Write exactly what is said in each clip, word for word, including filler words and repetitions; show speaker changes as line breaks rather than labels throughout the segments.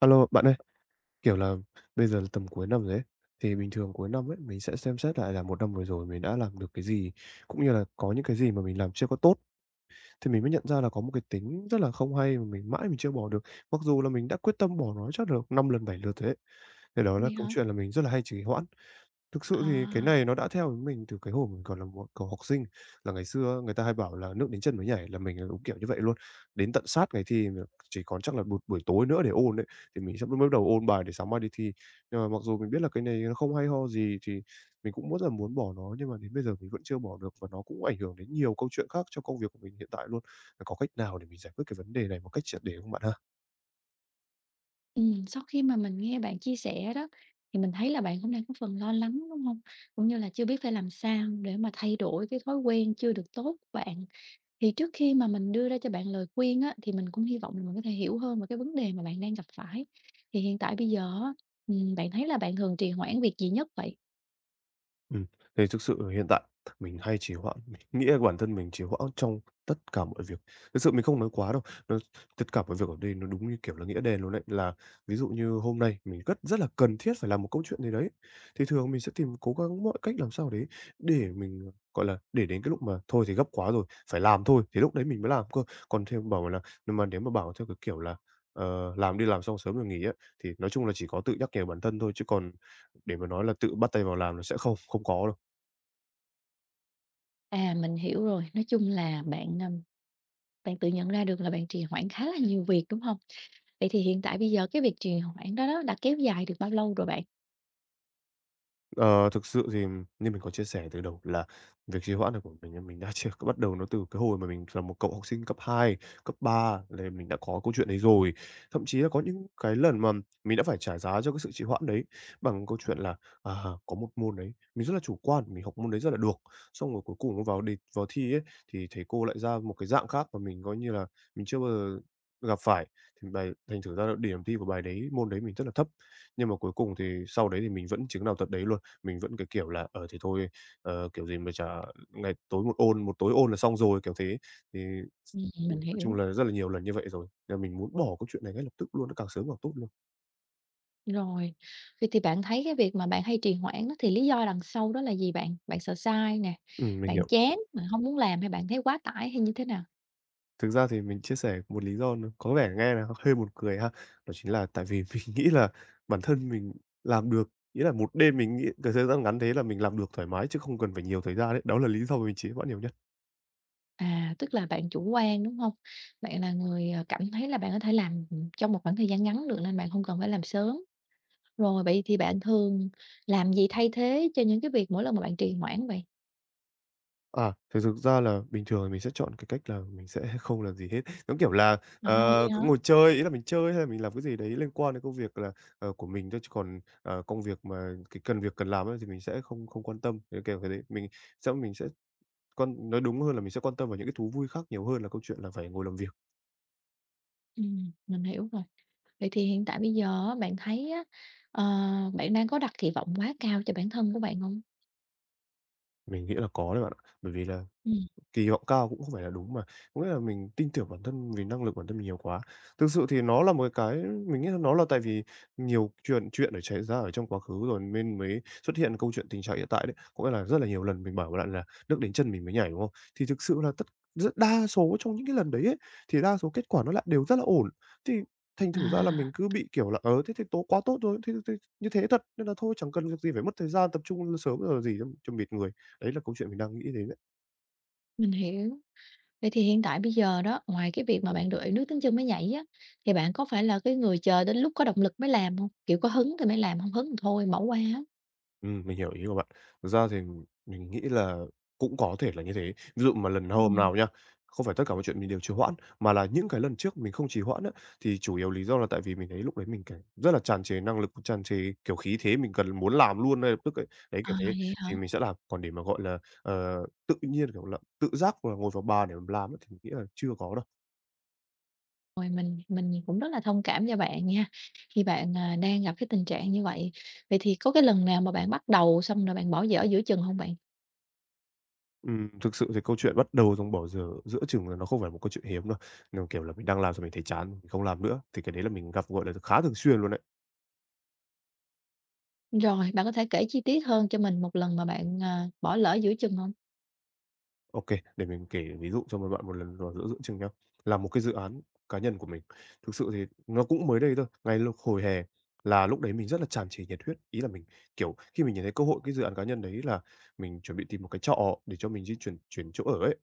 Alo, bạn ơi, kiểu là, bây giờ là tầm cuối năm rồi ấy, thì bình thường cuối năm ấy, mình sẽ xem xét lại là một năm vừa rồi mình đã làm được cái gì, cũng như là có những cái gì mà mình làm chưa có tốt, thì mình mới nhận ra là có một cái tính rất là không hay mà mình mãi mình chưa bỏ được, mặc dù là mình đã quyết tâm bỏ nó chắc được năm lần bảy lượt rồi ấy. Thì đó là
Vậy
câu
hả?
chuyện là mình rất là hay trì hoãn. Thực sự thì cái
À,
này nó đã theo với mình từ cái hồi mình còn là một cậu học sinh, là ngày xưa người ta hay bảo là "Nước đến chân mới nhảy" là mình là đúng kiểu như vậy luôn. Đến tận sát ngày thi mà chỉ còn chắc là một buổi tối nữa để ôn ấy, thì mình sẽ mới bắt đầu ôn bài để sáng mai đi thi. Nhưng mà mặc dù mình biết là cái này nó không hay ho gì thì mình cũng rất là muốn bỏ nó, nhưng mà đến bây giờ mình vẫn chưa bỏ được và nó cũng ảnh hưởng đến nhiều câu chuyện khác trong công việc của mình hiện tại luôn. Có cách nào để mình giải quyết cái vấn đề này một cách triệt để không bạn ha?
ừm, sau khi mà mình nghe bạn chia sẻ đó, thì mình thấy là bạn cũng đang có phần lo lắng, đúng không? Cũng như là chưa biết phải làm sao để mà thay đổi cái thói quen chưa được tốt của bạn. Thì trước khi mà mình đưa ra cho bạn lời khuyên á, thì mình cũng hy vọng là mình có thể hiểu hơn về cái vấn đề mà bạn đang gặp phải. Thì hiện tại bây giờ á, ừm, bạn thấy là bạn thường trì hoãn việc gì nhất vậy?
Ừm, thì thực sự hiện tại mình hay trì hoãn, mình nghĩ là bản thân mình trì hoãn trong tất cả mọi việc. Thực sự mình không nói quá đâu, nó tất cả mọi việc ở đây nó đúng như, kiểu là, nghĩa đen luôn đấy. Là ví dụ như hôm nay mình rất rất là cần thiết phải làm một câu chuyện gì đấy, thì thường mình sẽ tìm cố gắng mọi cách làm sao đấy để mình, gọi là, để đến cái lúc mà thôi thì gấp quá rồi, phải làm thôi, thì lúc đấy mình mới làm cơ. Còn theo bảo là nhưng mà nếu mà bảo theo cái kiểu là, ờ, làm đi làm xong sớm rồi nghỉ á, thì nói chung là chỉ có tự nhắc nhở bản thân thôi, chứ còn để mà nói là tự bắt tay vào làm nó sẽ không, không có
À, mình hiểu rồi, nói chung là bạn, ừm, bạn tự nhận ra được là bạn trì hoãn khá là nhiều việc, đúng không? Vậy thì hiện tại bây giờ cái việc trì hoãn đó đó đã kéo dài được bao lâu rồi bạn?
Ờ, thực sự thì như mình có chia sẻ từ đầu là việc trì hoãn này của mình là mình đã chỉ bắt đầu nó từ cái hồi mà mình là một cậu học sinh cấp hai, cấp ba là mình đã có câu chuyện đấy rồi. Thậm chí là có những cái lần mà mình đã phải trả giá cho cái sự trì hoãn đấy bằng câu chuyện là, à, có một môn đấy, mình rất là chủ quan, mình học môn đấy rất là được, xong rồi cuối cùng vào đề vào thi ấy, thì thầy cô lại ra một cái dạng khác mà mình coi như là mình chưa bao giờ gặp phải, thì bài thành thử ra là điểm thi của bài đấy môn đấy mình rất là thấp. Nhưng mà cuối cùng thì sau đấy thì mình vẫn chứng nào tật đấy luôn. Mình vẫn cái kiểu là, ờ, thì thôi, ờ, kiểu gì mà chả ngày tối một ôn, một tối ôn là xong rồi, kiểu thế. Thì
Ừm,
ừm,
mình
nói chung
hiểu.
là rất là nhiều lần như vậy rồi, nên mình muốn bỏ cái chuyện này ngay lập tức luôn, nó càng sớm càng tốt luôn.
Rồi, vậy thì bạn thấy cái việc mà bạn hay trì hoãn á, thì lý do đằng sau đó là gì bạn? Bạn sợ sai nè,
Ừm, mình
bạn
hiểu.
chán, bạn hông muốn làm hay bạn thấy quá tải hay như thế nào?
Thực ra thì mình chia sẻ một lý do nó có vẻ nghe là hơi buồn cười ha, đó chính là tại vì mình nghĩ là bản thân mình làm được, nghĩa là một đêm mình nghĩ cái thời gian ngắn thế là mình làm được thoải mái chứ không cần phải nhiều thời gian đấy. Đó là lý do mà mình trì bạn nhiều nhất.
À, tức là bạn chủ quan, đúng hông? Bạn là người, ờ, cảm thấy là bạn có thể làm, ừm, trong một khoảng thời gian ngắn được nên bạn không cần phải làm sớm. Rồi, vậy thì bạn thường làm gì thay thế cho những cái việc mỗi lần mà bạn trì hoãn vậy?
À, thì thực ra là bình thường thì mình sẽ chọn cái cách là mình sẽ không làm gì hết. Nó kiểu là,
À, vậy
ờ, cứ
hả?
ngồi chơi, ý là mình chơi hay là mình làm cái gì đấy liên quan đến công việc là, ờ, của mình thôi, chứ còn, ờ, công việc mà cái cần việc cần làm ấy thì mình sẽ không không quan tâm đến kiểu cái đấy. Mình sẽ mình sẽ quan nói đúng hơn là mình sẽ quan tâm vào những cái thú vui khác nhiều hơn là câu chuyện là phải ngồi làm việc.
Ừm, mình hiểu rồi. Vậy thì hiện tại bây giờ á, bạn thấy á, ờ, bạn đang có đặt kỳ vọng quá cao cho bản thân của bạn hông?
Mình nghĩ là có đấy bạn ạ. Bởi vì là
Ừm,
kỳ vọng cao cũng không phải là đúng mà, có nghĩa là mình tin tưởng bản thân vì năng lực bản thân mình nhiều quá. Thực sự thì nó là một cái mình nghĩ là nó là tại vì nhiều chuyện chuyện để xảy ra ở trong quá khứ rồi nên mới xuất hiện câu chuyện tình trạng hiện tại đấy. Có nghĩa là rất là nhiều lần mình bảo bạn là "Nước đến chân mình mới nhảy", đúng không? Thì thực sự là tất rất đa số trong những cái lần đấy ấy, thì đa số kết quả nó lại đều rất là ổn. Thì thành thử ra là mình
à,
cứ bị, kiểu là, "Ờ, thế thì tố quá tốt rồi, thế thế như thế thật nên là thôi chẳng cần việc gì phải mất thời gian tập trung sớm rồi gì cho cho mệt người." Đấy là câu chuyện mình đang nghĩ đến.
mình hiểu. Vậy thì hiện tại bây giờ đó, ngoài cái việc mà bạn đuổi nước tiếng chân mới nhảy á, thì bạn có phải là cái người chờ đến lúc có động lực mới làm hông? Kiểu, có hứng thì mới làm, hông hứng thì thôi, bỏ qua á.
Ừm, mình hiểu ý của bạn. Thực ra thì mình nghĩ là cũng có thể là như thế. Ví dụ mà lần hôm
Ừm.
nào nhá, không phải tất cả mọi chuyện mình đều trì hoãn, mà là những cái lần trước mình không trì hoãn á, thì chủ yếu lý do là tại vì mình thấy lúc đấy mình cảm rất là tràn trề năng lực, tràn trề, kiểu, khí thế mình cần muốn làm luôn ngay lập tức ấy. Đấy,
À,
kiểu thế,
vậy hả?
thì mình sẽ làm. Còn để mà, gọi là, ờ, tự nhiên, kiểu là, tự giác là ngồi vào bàn để mà làm á thì mình nghĩ là chưa có đâu.
Rồi mình mình cũng rất là thông cảm cho bạn nha, khi bạn, à, đang gặp cái tình trạng như vậy. Vậy thì có cái lần nào mà bạn bắt đầu xong rồi bạn bỏ dở giữa chừng hông bạn?
Ừm, thực sự thì câu chuyện bắt đầu trong bỏ dở giữa chừng là nó không phải một câu chuyện hiếm đâu. Nó, kiểu là, mình đang làm rồi mình thấy chán, mình không làm nữa, thì cái đấy là mình gặp, gọi là, khá thường xuyên luôn đấy.
Rồi, bạn có thể kể chi tiết hơn cho mình một lần mà bạn, à, bỏ lỡ giữa chừng hông?
ô kê, để mình kể ví dụ cho một bạn một lần vào giữa giữa chừng nhá. Là một cái dự án cá nhân của mình, thực sự thì nó cũng mới đây thôi, ngay lúc hồi hè là lúc đấy mình rất là tràn trề nhiệt huyết. Ý là mình, kiểu, khi mình nhìn thấy cơ hội cái dự án cá nhân đấy là mình chuẩn bị tìm một cái trọ để cho mình di chuyển chuyển chỗ ở ấy,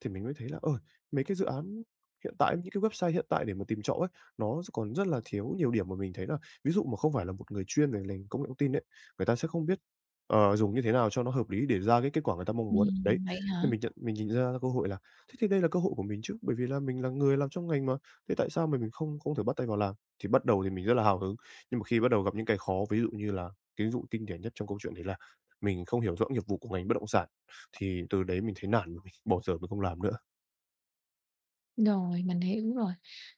thì mình mới thấy là, ơi mấy cái dự án hiện tại, những cái website hiện tại để mà tìm trọ ấy, nó còn rất là thiếu nhiều điểm mà mình thấy là ví dụ mà không phải là một người chuyên về ngành công nghệ thông tin ấy, người ta sẽ không biết, ờ, dùng như thế nào cho nó hợp lý để ra cái kết quả người ta mong muốn. Đấy,
Ừm, vậy hả?
thì mình nhận mình nhìn ra cơ hội là thế thì đây là cơ hội của mình chứ, bởi vì là mình là người làm trong ngành mà, thế tại sao mà mình không không thể bắt tay vào làm? Thì bắt đầu thì mình rất là hào hứng, nhưng mà khi bắt đầu gặp những cái khó, ví dụ như là cái ví dụ kinh điển nhất trong câu chuyện đấy là mình không hiểu rõ nghiệp vụ của ngành bất động sản, thì từ đấy mình thấy nản và mình bỏ dở mình không làm nữa.
Rồi, mình hiểu rồi.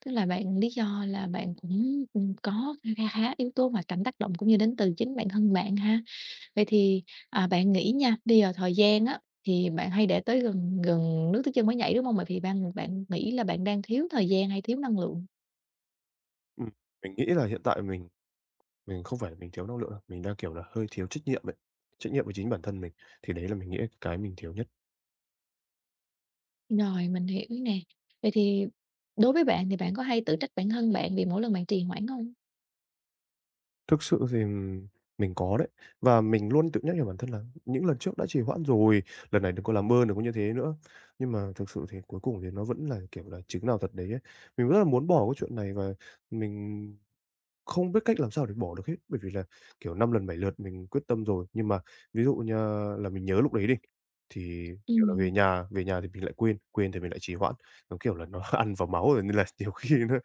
Tức là bạn lý do là bạn cũng, ừm, có kha khá yếu tố ngoại cảnh tác động cũng như đến từ chính bản thân bạn ha. Vậy thì, à, bạn nghĩ nha, bây giờ thời gian á, thì bạn hay để tới gần gần nước tới chân mới nhảy, đúng không? Vậy thì bạn bạn nghĩ là bạn đang thiếu thời gian hay thiếu năng lượng?
Ừm, mình nghĩ là hiện tại mình mình không phải là mình thiếu năng lượng đâu, mình đang, kiểu là, hơi thiếu trách nhiệm ấy, trách nhiệm với chính bản thân mình, thì đấy là mình nghĩ cái mình thiếu nhất.
Rồi, mình hiểu nè. Vậy thì đối với bạn thì bạn có hay tự trách bản thân bạn vì mỗi lần bạn trì hoãn không?
Thực sự thì, ừm, mình có đấy, và mình luôn tự nhắc nhở bản thân là những lần trước đã trì hoãn rồi, lần này đừng có làm ơn, đừng có như thế nữa. Nhưng mà thực sự thì cuối cùng thì nó vẫn là, kiểu là, trứng nào thật đấy ấy. Mình rất là muốn bỏ cái chuyện này và mình không biết cách làm sao để bỏ được hết, bởi vì là, kiểu, năm lần bảy lượt mình quyết tâm rồi, nhưng mà ví dụ như là mình nhớ lúc đấy đi, thì, kiểu là, về
Ừm,
nhà về nhà thì mình lại quên, quên thì mình lại trì hoãn, nó, kiểu là, nó ăn vào máu rồi nên là nhiều khi nó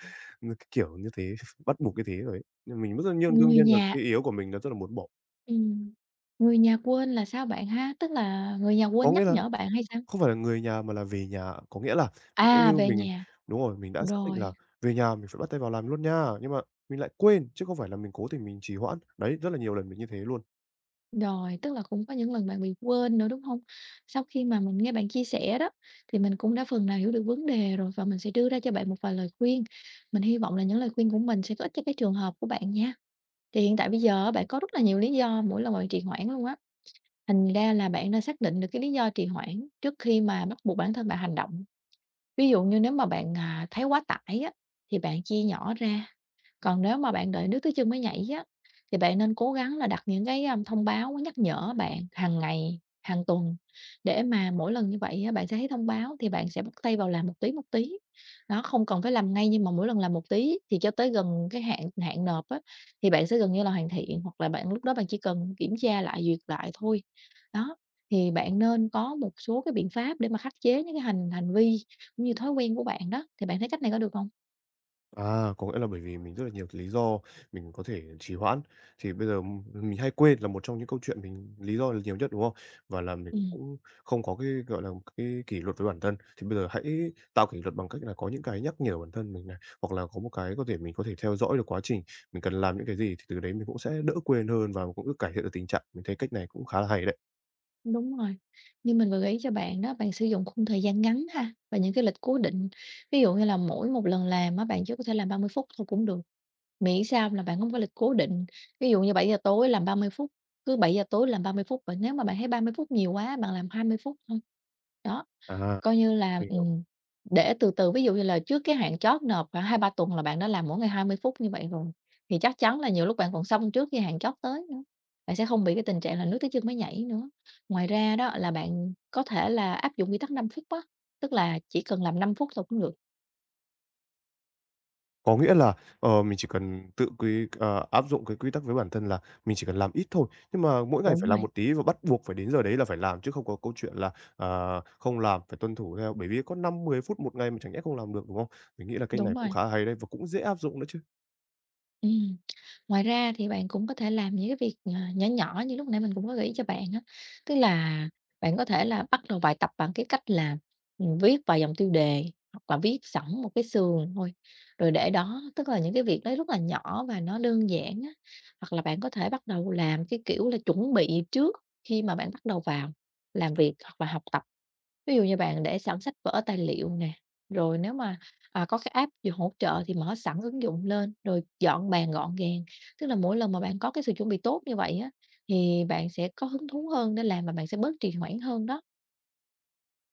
nó, cái kiểu như thế, bắt buộc cái thế rồi ấy. Nhưng mình rất là nhiên đương
người
nhiên là
nhà
cái yếu của mình nó rất là muốn bỏ.
ừm, người nhà quên là sao bạn ha? Tức là người nhà
Có
quên
nghĩa
nhắc
là
nhở bạn hay sao?
không phải là người nhà mà là về nhà, có nghĩa là ví dụ
À,
như
về
mình
nhà,
đúng rồi, mình đã xác định là
rồi,
về nhà mình phải bắt tay vào làm luôn nha, nhưng mà mình lại quên, chứ không phải là mình cố tình mình trì hoãn. Đấy, rất là nhiều lần mình như thế luôn.
rồi, tức là cũng có những lần bạn bị quên nữa, đúng hông? Sau khi mà mình nghe bạn chia sẻ đó, thì mình cũng đã phần nào hiểu được vấn đề rồi và mình sẽ đưa ra cho bạn một vài lời khuyên. Mình hy vọng là những lời khuyên của mình sẽ có ích cho cái trường hợp của bạn nha. Thì hiện tại bây giờ á, bạn có rất là nhiều lý do mỗi lần bạn trì hoãn luôn á, thành ra là bạn đã xác định được cái lý do trì hoãn trước khi mà bắt buộc bản thân bạn hành động. Ví dụ như nếu mà bạn, à, thấy quá tải á, thì bạn chia nhỏ ra. Còn nếu mà bạn đợi nước tới chân mới nhảy á, thì bạn nên cố gắng là đặt những cái, a, thông báo nhắc nhở bạn hàng ngày, hàng tuần, để mà mỗi lần như vậy á, bạn sẽ thấy thông báo thì bạn sẽ bắt tay vào làm một tí, một tí. Nó không cần phải làm ngay nhưng mà mỗi lần làm một tí thì cho tới gần cái hạn hạn nộp á, thì bạn sẽ gần như là hoàn thiện, hoặc là bạn lúc đó bạn chỉ cần kiểm tra lại, duyệt lại thôi. Đó, thì bạn nên có một số cái biện pháp để mà khắc chế những cái hành hành vi cũng như thói quen của bạn đó, thì bạn thấy cách này có được không?
À, có nghĩa là bởi vì mình rất là nhiều lý do mình có thể trì hoãn, thì bây giờ m- mình hay quên là một trong những câu chuyện mình lý do là nhiều nhất, đúng không? Và là mình
Ừm.
cũng không có cái, gọi là, cái kỷ luật với bản thân, thì bây giờ hãy tạo kỷ luật bằng cách là có những cái nhắc nhở bản thân mình này, hoặc là có một cái có thể mình có thể theo dõi được quá trình mình cần làm những cái gì, thì từ đấy mình cũng sẽ đỡ quên hơn và cũng cứ cải thiện được tình trạng. Mình thấy cách này cũng khá là hay đấy.
Đúng rồi, như mình vừa gợi ý cho bạn đó, bạn sử dụng khung thời gian ngắn ha, và những cái lịch cố định. Ví dụ như là mỗi một lần làm á, bạn chỉ có thể làm ba mươi phút thôi cũng được, miễn sao là bạn không có lịch cố định. Ví dụ như bảy giờ tối làm ba mươi phút, cứ bảy giờ tối làm ba mươi phút, và nếu mà bạn thấy ba mươi phút nhiều quá, bạn làm hai mươi phút thôi. Đó.
À,
Coi như là,
mình
ừm, để từ từ, ví dụ như là trước cái hạn chót nộp khoảng hai ba tuần là bạn đã làm mỗi ngày hai mươi phút như vậy rồi, thì chắc chắn là nhiều lúc bạn còn xong trước khi hạn chót tới nữa, bạn sẽ không bị cái tình trạng là nước tới chân mới nhảy nữa. Ngoài ra đó là bạn có thể là áp dụng quy tắc năm phút á, tức là chỉ cần làm năm phút thôi cũng được.
Có nghĩa là, ờ, mình chỉ cần tự quy ờ, áp dụng cái quy tắc với bản thân là mình chỉ cần làm ít thôi, nhưng mà mỗi ngày
Đúng
phải làm
rồi,
một tí và bắt buộc phải đến giờ đấy là phải làm chứ không có câu chuyện là, ờ, không làm, phải tuân thủ theo, bởi vì có năm mười phút một ngày mà chẳng nhẽ không làm được, đúng không? Mình nghĩ là kênh
đúng
này cũng
rồi.
khá hay đấy và cũng dễ áp dụng nữa chứ.
Ừm. Ngoài ra thì bạn cũng có thể làm những cái việc, ờ, nhỏ nhỏ như lúc nãy mình cũng có gợi ý cho bạn á, tức là bạn có thể là bắt đầu bài tập bằng cái cách là, ừm, viết vài dòng tiêu đề hoặc là viết sẵn một cái sườn thôi, rồi để đó, tức là những cái việc đấy rất là nhỏ và nó đơn giản á. Hoặc là bạn có thể bắt đầu làm cái kiểu là chuẩn bị trước khi mà bạn bắt đầu vào làm việc hoặc là học tập. Ví dụ như bạn để sẵn sách vở, tài liệu nè, rồi nếu mà, à, có cái app gì hỗ trợ thì mở sẵn ứng dụng lên, rồi dọn bàn gọn gàng. Tức là mỗi lần mà bạn có cái sự chuẩn bị tốt như vậy á, thì bạn sẽ có hứng thú hơn để làm và bạn sẽ bớt trì hoãn hơn đó.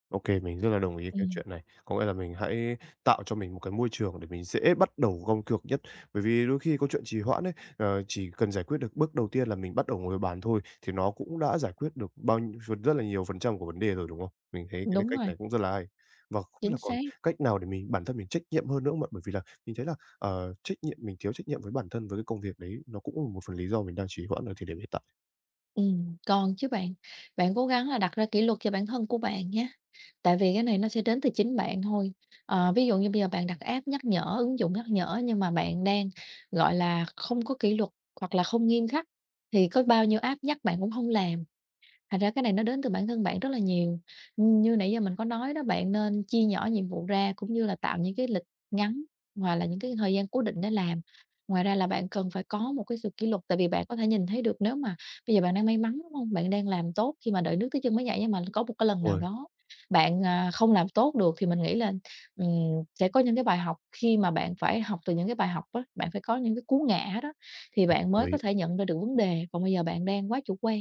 OK, mình rất là đồng ý cái
Ừm,
chuyện này. Có nghĩa là mình hãy tạo cho mình một cái môi trường để mình dễ bắt đầu gom cược nhất. Bởi vì đôi khi có chuyện trì hoãn ấy, ờ, chỉ cần giải quyết được bước đầu tiên là mình bắt đầu ngồi vào bàn thôi, thì nó cũng đã giải quyết được bao nhiêu phần rất là nhiều phần trăm của vấn đề rồi, đúng không? Mình thấy cái
đúng
cách
rồi,
này cũng rất là hay. Và không biết
chính
là còn
xác.
cách nào để mình bản thân mình trách nhiệm hơn nữa không bạn? Bởi vì là mình thấy là, ờ, trách nhiệm mình thiếu trách nhiệm với bản thân với cái công việc đấy, nó cũng là một phần lý do mình đang trì hoãn ở thời điểm hiện tại.
Ừm, còn chứ bạn. Bạn cố gắng là đặt ra kỷ luật cho bản thân của bạn nha. Tại vì cái này nó sẽ đến từ chính bạn thôi. Ờ, ví dụ như bây giờ bạn đặt app nhắc nhở, ứng dụng nhắc nhở nhưng mà bạn đang, gọi là, không có kỷ luật hoặc là không nghiêm khắc thì có bao nhiêu app nhắc bạn cũng không làm, thật ra cái này nó đến từ bản thân bạn rất là nhiều. Như nãy giờ mình có nói đó, bạn nên chia nhỏ nhiệm vụ ra cũng như là tạo những cái lịch ngắn hoặc là những cái thời gian cố định để làm. Ngoài ra là bạn cần phải có một cái sự kỷ luật, tại vì bạn có thể nhìn thấy được nếu mà bây giờ bạn đang may mắn, đúng không? Bạn đang làm tốt khi mà đợi nước tới chân mới nhảy, nhưng mà có một cái lần
Đúng
nào
rồi,
đó bạn, à, không làm tốt được thì mình nghĩ là, ừm, sẽ có những cái bài học khi mà bạn phải học từ những cái bài học đó bạn phải có những cái cú ngã đó thì bạn
đồng
mới có
ý.
thể nhận ra được vấn đề, còn bây giờ bạn đang quá chủ quan.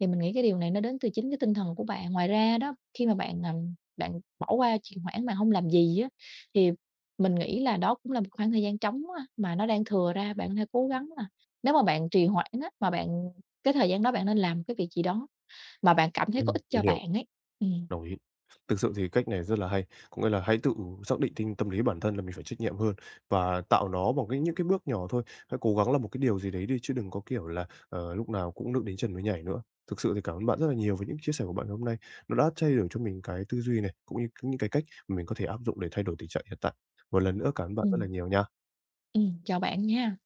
Thì mình nghĩ cái điều này nó đến từ chính cái tinh thần của bạn. Ngoài ra đó, khi mà bạn, ừm, bạn bỏ qua trì hoãn, bạn không làm gì á, thì mình nghĩ là đó cũng là một khoảng thời gian trống á, mà nó đang thừa ra, bạn có thể cố gắng là nếu mà bạn trì hoãn á, mà bạn cái thời gian đó bạn nên làm cái việc gì đó mà bạn cảm thấy có
Ừm,
ích cho
mình hiểu.
bạn ấy. Ừm,
Đồng ý. Thực sự thì cách này rất là hay, có nghĩa là hãy tự xác định tinh tâm lý bản thân là mình phải trách nhiệm hơn và tạo nó bằng cái những cái bước nhỏ thôi, hãy cố gắng làm một cái điều gì đấy đi chứ đừng có, kiểu là, ờ, lúc nào cũng nước đến chân mới nhảy nữa. Thực sự thì cảm ơn bạn rất là nhiều với những chia sẻ của bạn hôm nay, nó đã thay đổi cho mình cái tư duy này, cũng như những cái cách mà mình có thể áp dụng để thay đổi tình trạng hiện tại. Một lần nữa cảm ơn bạn rất là
ừm,
nhiều nha.
ừm, Chào bạn nha.